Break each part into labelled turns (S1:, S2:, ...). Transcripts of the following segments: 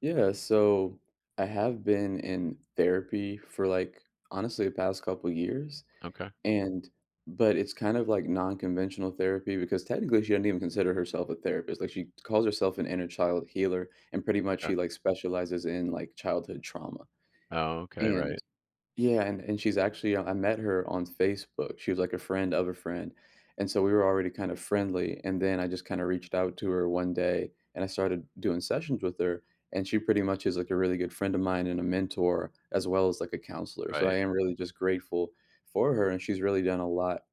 S1: Yeah, so I have been in therapy for like honestly the past couple years
S2: Okay.
S1: and but it's kind of like non-conventional therapy because technically she doesn't even consider herself a therapist. Like she calls herself an inner child healer and pretty much
S2: Okay.
S1: she like specializes in like childhood trauma.
S2: Oh, okay, right,
S1: And yeah, and she's actually I met her on Facebook. She was like a friend of a friend. And so we were already kind of friendly, and then I just kind of reached out to her one day and I started doing sessions with her, and she pretty much is like a really good friend of mine and a mentor as well as like a counselor. So I
S2: right.
S1: am really just grateful for her, and she's really done a lot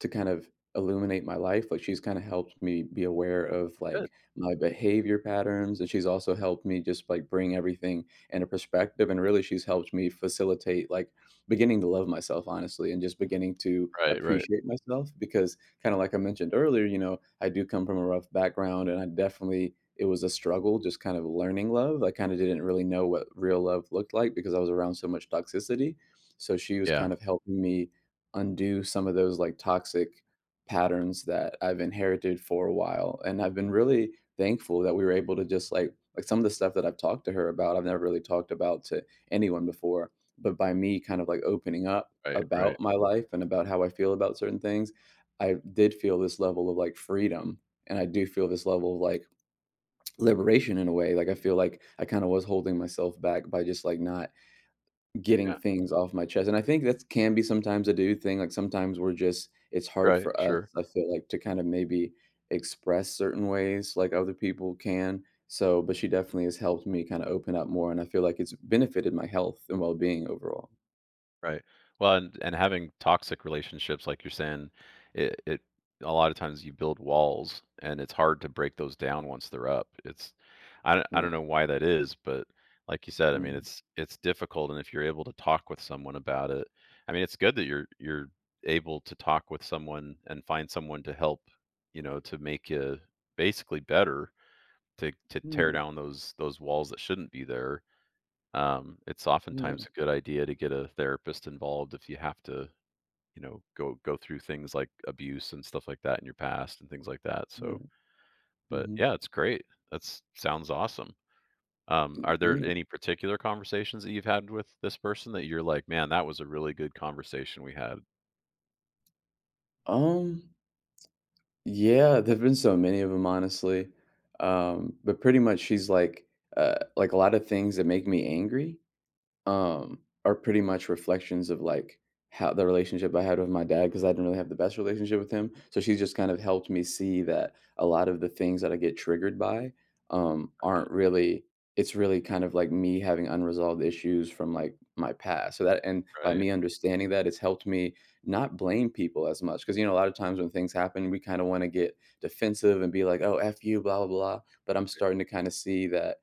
S1: to kind of illuminate my life, like, she's kinda helped me be aware of, like,
S2: Good.
S1: my behavior patterns, and she's also helped me just, like, bring everything into perspective, and really she's helped me facilitate, like, beginning to love myself, honestly, and just beginning to
S2: Right, right.
S1: appreciate myself because kinda like I mentioned earlier, you know, I do come from a rough background, and I definitely it was a struggle just kind of learning love. I kinda didn't really know what real love looked like because I was around so much toxicity, so she was
S2: Yeah.
S1: kind of helping me undo some of those like toxic patterns that I've inherited for a while. And I've been really thankful that we were able to just like some of the stuff that I've talked to her about, I've never really talked about to anyone before. But by me kind of like opening up
S2: Right, right.
S1: about my life and about how I feel about certain things, I did feel this level of like freedom. And I do feel this level of like liberation in a way. Like I feel like I kind of was holding myself back by just like not getting
S2: Yeah.
S1: things off my chest, and I think that can be sometimes a dude thing, like, sometimes we're just it's hard
S2: Right,
S1: for us,
S2: sure.
S1: I feel like, to kind of maybe express certain ways like other people can, so but she definitely has helped me kinda open up more, and I feel like it's benefited my health and well-being overall.
S2: Right. Well, and having toxic relationships, like you're saying, it a lot of times you build walls and it's hard to break those down once they're up. It's I don't
S1: Right.
S2: know why that is, but like you said, I mean,
S1: Mhm.
S2: it's difficult and if you're able to talk with someone about it, I mean, it's good that you're able to talk with someone and find someone to help, you know, to make you basically better to tear
S1: Yeah,
S2: down those walls that shouldn't be there. It's
S1: yeah,
S2: oftentimes a good idea to get a therapist involved if you have to, you know, go through things like abuse and stuff like that in your past and things like that.
S1: right,
S2: So, but
S1: mhm,
S2: yeah, it's great. That's sounds awesome. Are there
S1: yeah.
S2: any particular conversations that you've had with this person that you're like, man, that was a really good conversation we had?
S1: Um, yeah, there've been so many of them, honestly, but pretty much she's like, a lot of things that make me angry are pretty much reflections of like how the relationship I had with my dad because I didn't really have the best relationship with him. So she's just kind of helped me see that a lot of the things that I get triggered by
S2: I
S1: aren't
S2: should-
S1: really. It's really kind of like me having unresolved issues from like my past. So that and by
S2: Right,
S1: me understanding that, it's helped me not blame people as much because you know a lot of times when things happen, we kind of want to get defensive and be like, "Oh, f you," blah blah blah. But I'm starting to kind of see that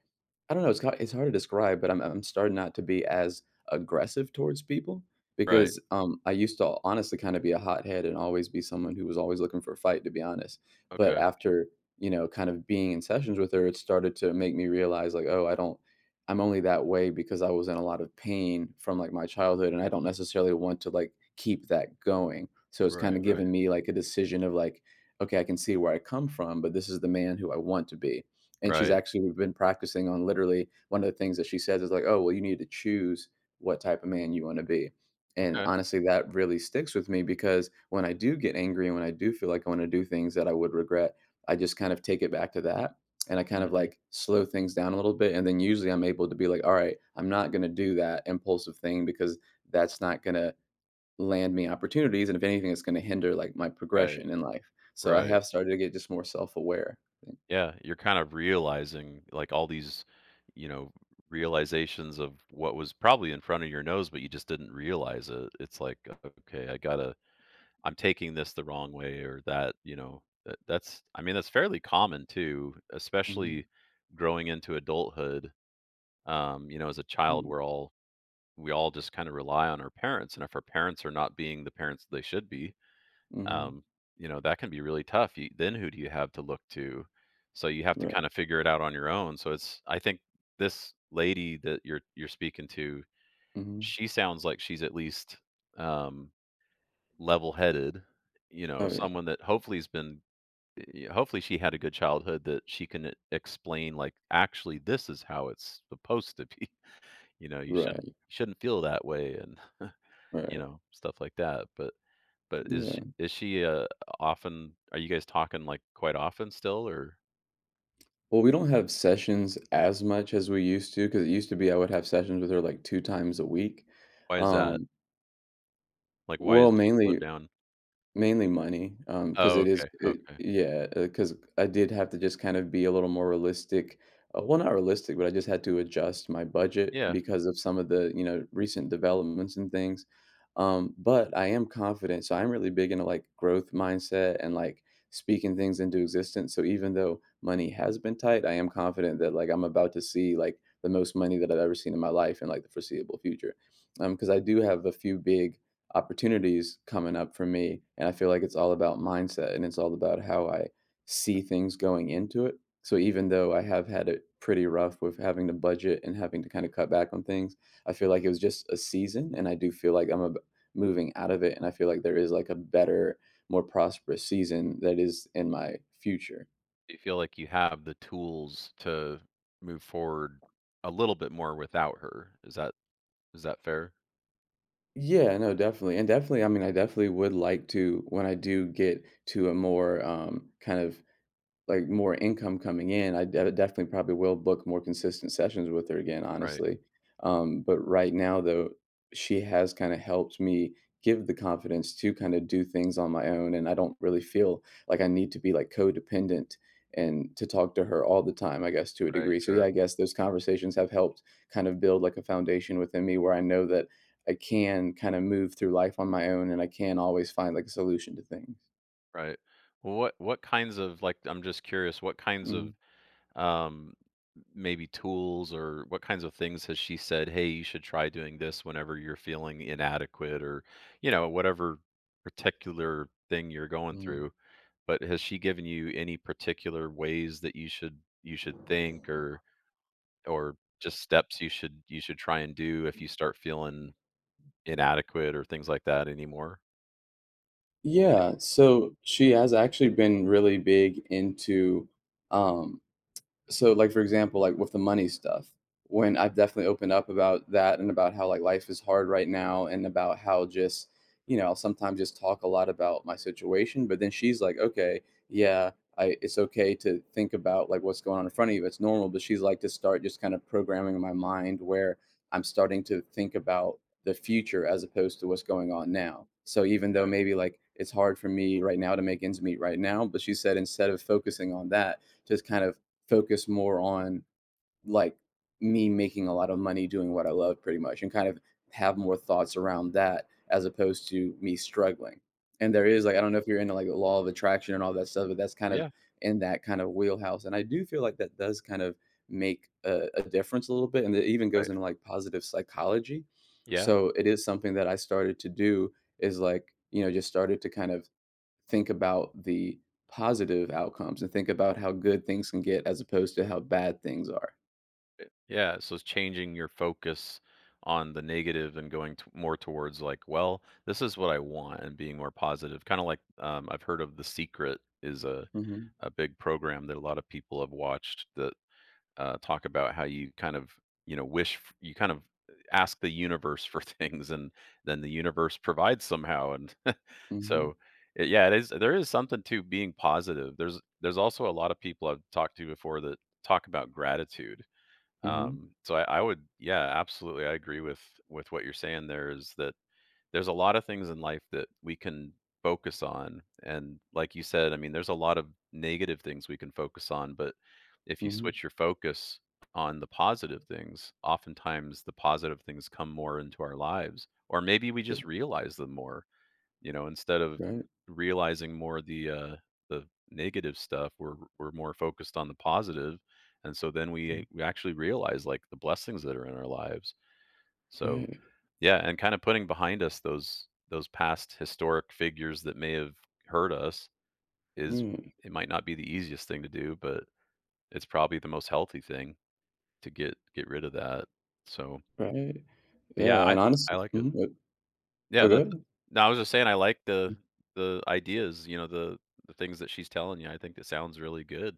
S1: I don't know, it's ki it's hard to describe, but I'm starting not to be as aggressive towards people
S2: right,
S1: because, I used to honestly kinda be a hothead and always be someone who was always looking for a fight, to be honest. But
S2: okay,
S1: after, you know, kind of being in sessions with her, it started to make me realize, like, "Oh, I don't I'm only that way because I was in a lot of pain from, like, my childhood, and I don't necessarily want to, like, keep that going." So it's
S2: right,
S1: kinda
S2: right,
S1: given me, like, a decision of, like, "Okay, I can see where I come from, but this is the man who I want to be." And she's
S2: right,
S1: actually been practicing on literally one of the things that she says is like, "Oh, well, you need to choose what type of man you wanna be." And
S2: okay,
S1: honestly, that really sticks with me because when I do get angry and when I do feel like I wanna do things that I would regret, I just kind of take it back to that, and I kind of,
S2: hmm
S1: like, slow things down a little bit, and then usually I'm able to be like, "All right, I'm not gonna do that impulsive thing because that's not gonna land me opportunities, and if anything, it's gonna hinder, like, my
S2: right,
S1: progression in life." So I
S2: right.
S1: have started to get just more self-aware.
S2: Yeah, you're kind of realizing, like, all these, you know, realizations of what was probably in front of your nose, but you just didn't realize it. It's like, okay, I gotta. I'm taking this the wrong way or that, you know, that's I mean, that's fairly common too,
S1: Mhm.
S2: especially growing into adulthood. You know, as a child, we're all. We all just kind of rely on our parents, and if our parents are not being the parents they should be,
S1: Mhm.
S2: um, you know, that can be really tough. You, then who do you have to look to? So you have to
S1: Right.
S2: kind of figure it out on your own. So it's I think this lady that you're speaking to,
S1: Mhm.
S2: she sounds like she's at least um level-headed, you know,
S1: Oh, yeah.
S2: someone that hopefully has been hopefully she had a good childhood that she can explain like actually this is how it's supposed to be. You know, you shouldn't
S1: Right,
S2: shouldn't feel that way and you
S1: right.
S2: know, stuff like that. But
S1: Yeah.
S2: is she, often are you guys talking, like, quite often still, or
S1: Well, we don't have sessions as much as we used to because it used to be I would have sessions with her, like, 2 times a week.
S2: why is that?
S1: Um,
S2: Like, why is
S1: well,
S2: she slowed
S1: mainly
S2: down?
S1: Mainly money, because
S2: Oh,
S1: it is
S2: okay,
S1: it
S2: okay.
S1: yeah, because I did have to just kind of be a little more realistic. Well, not realistic, but I just had to adjust my budget
S2: Yeah.
S1: because of some of the, you know, recent developments and things. But I am confident, so I'm really big into, like, growth mindset and, like, speaking things into existence, so even though money has been tight, I am confident that, like, I'm about to see, like, the most money that I've ever seen in my life in, like, the foreseeable future. Because I do have a few big opportunities coming up for me. And I feel like it's all about mindset and it's all about how I see things going into it. So even though I have had it pretty rough with having to budget and having to kind of cut back on things, I feel like it was just a season. And I do feel like moving out of it. And I feel like there is like a better, more prosperous season that is in my future.
S2: Do you feel like you have the tools to move forward a little bit more without her? Is that fair?
S1: Yeah, no, definitely. And definitely, I mean, I definitely would like to, when I do get to a more kind of like, more income coming in, I de definitely probably will book more consistent sessions with her again,
S2: Right,
S1: honestly. But right now, though, she has kinda helped me give the confidence to kinda do things on my own, and I don't really feel like I need to be, like, codependent and to talk to her all the time, I guess, to a
S2: right,
S1: degree. So, yeah,
S2: sure,
S1: I guess those conversations have helped kind of build, like, a foundation within me where I know that I can kinda move through life on my own, and I can always find, like, a solution to things.
S2: right. Well, what kinds of like, I'm just curious, what kinds
S1: Mhm.
S2: of um maybe tools or what kinds of things has she said hey you should try doing this whenever you're feeling inadequate or you know whatever particular thing you're going
S1: Mm.
S2: through but has she given you any particular ways that you should think or just steps you should try and do if you start feeling inadequate or things like that anymore?
S1: Yeah, so she has actually been really big into um so like for example like with the money stuff when I've definitely opened up about that and about how like life is hard right now and about how just you know I'll sometimes just talk a lot about my situation but then she's like okay yeah I it's okay to think about like what's going on in front of you it's normal but she's like to start just kind of programming my mind where I'm starting to think about the future as opposed to what's going on now so even though
S2: Okay,
S1: maybe like it's hard for me right now to make ends meet right now but she said instead of focusing on that just kind of focus more on like me making a lot of money doing what I love pretty much and kind of have more thoughts around that as opposed to me struggling. And there
S2: right.
S1: is like I don't know if you're into like the law of attraction and all that stuff, but that's kind of
S2: Yeah,
S1: in that kind of wheelhouse. And I do feel like that does kind of make a difference a little bit. And it even goes
S2: right.
S1: into like positive psychology.
S2: Yeah.
S1: So it is something that I started to do is like, you know, just started to kind of think about the positive outcomes and think about how good things can get as opposed to how bad things are.
S2: Yeah, so it's changing your focus on the negative and going more towards like, well, this is what I want, and being more positive. Kind of like I've heard of The Secret is
S1: Mhm,
S2: a big program that a lot of people have watched that talk about how you kind of you know you kind of ask the universe for things, and then the universe provides somehow. And
S1: mhm,
S2: so yeah, it is there is something to being positive. There's also a lot of people I've talked to before that talk about gratitude
S1: mhm,
S2: so I would, yeah, absolutely, I agree with what you're saying. There is that there's a lot of things in life that we can focus on, and like you said, I mean, there's a lot of negative things we can focus on, but if you
S1: mhm.
S2: switch your focus on the positive things, oftentimes the positive things come more into our lives, or maybe we
S1: Good,
S2: just realize them more. You know, instead of
S1: right,
S2: realizing more the negative stuff, we're more focused on the positive, and so then
S1: mm,
S2: we actually realize, like, the blessings that are in our lives. So,
S1: right,
S2: yeah, and kinda putting behind us those past historic figures that may have hurt us is
S1: mm,
S2: it might not be the easiest thing to do, but it's probably the most healthy thing to get rid of that. So,
S1: right.
S2: but yeah,
S1: Yeah, and
S2: I
S1: honestly
S2: like it.
S1: mhm, yep.
S2: Yeah,
S1: Oh, go
S2: that's
S1: ahead.
S2: no, I was just saying I like the ideas, you know, the things that she's telling you. I think it sounds really good.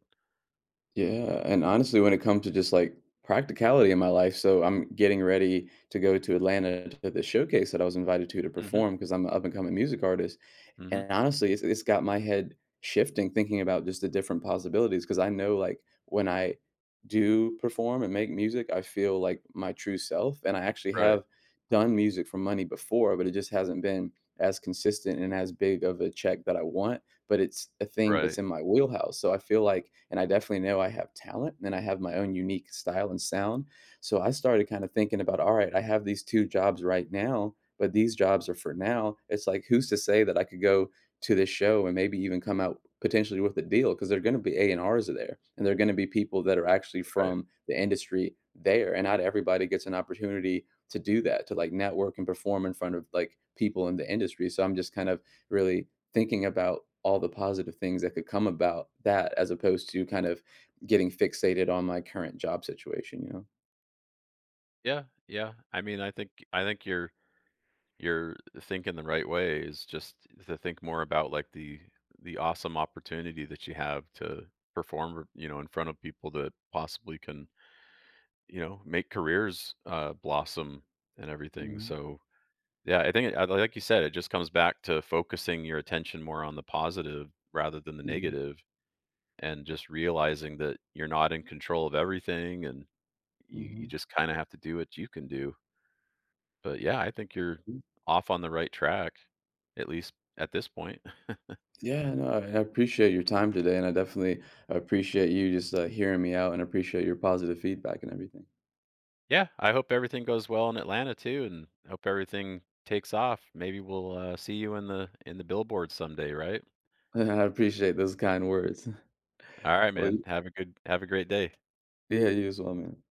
S1: Yeah, and honestly, when it comes to just, like, practicality in my life so I'm getting ready to go to Atlanta to the showcase that I was invited to
S2: Mhm,
S1: perform because 'cause I'm an up and coming music artist.
S2: mhm.
S1: And honestly, it's got my head shifting thinking about just the different possibilities. Because I know, like, when I do perform and make music, I feel like my true self, and I actually
S2: Right,
S1: have done music for money before, but it just hasn't been as consistent and as big of a check that I want, but it's a thing that's
S2: right,
S1: in my wheelhouse, so I feel like and I definitely know I have talent, and I have my own unique style and sound, so I started kinda thinking about, "Alright, I have these 2 jobs right now but these jobs are for now. It's like who's to say that I could go to this show and maybe even come out potentially with a deal because they're going to be A&R's there, and they're going to be people that are actually
S2: right.
S1: from the industry there, and not everybody gets an opportunity to do that to like network and perform in front of like people in the industry. So I'm just kind of really thinking about all the positive things that could come about that as opposed to kind of getting fixated on my current job situation, you know?
S2: Yeah, yeah. I mean, I think you're thinking the right way is just to think more about, like, the awesome opportunity that you have to perform, you know, in front of people that possibly can, you know, make careers, blossom and everything,
S1: Mhm.
S2: so yeah, I think, it, like you said, it just comes back to focusing your attention more on the positive rather than the
S1: Mhm.
S2: negative, and just realizing that you're not in control of everything, and you just kind of have to do what you can do. But yeah, I think you're
S1: Mhm.
S2: off on the right track, at least at this point.
S1: Yeah, no, I appreciate your time today, and I definitely appreciate you just hearing me out and appreciate your positive feedback and everything.
S2: Yeah, I hope everything goes well in Atlanta too, and hope everything takes off. Maybe we'll see you in the billboard someday, right?
S1: I appreciate those kind words.
S2: All right,
S1: Well,
S2: man.
S1: you-
S2: Have a good have a great day.
S1: yeah, you as well, man.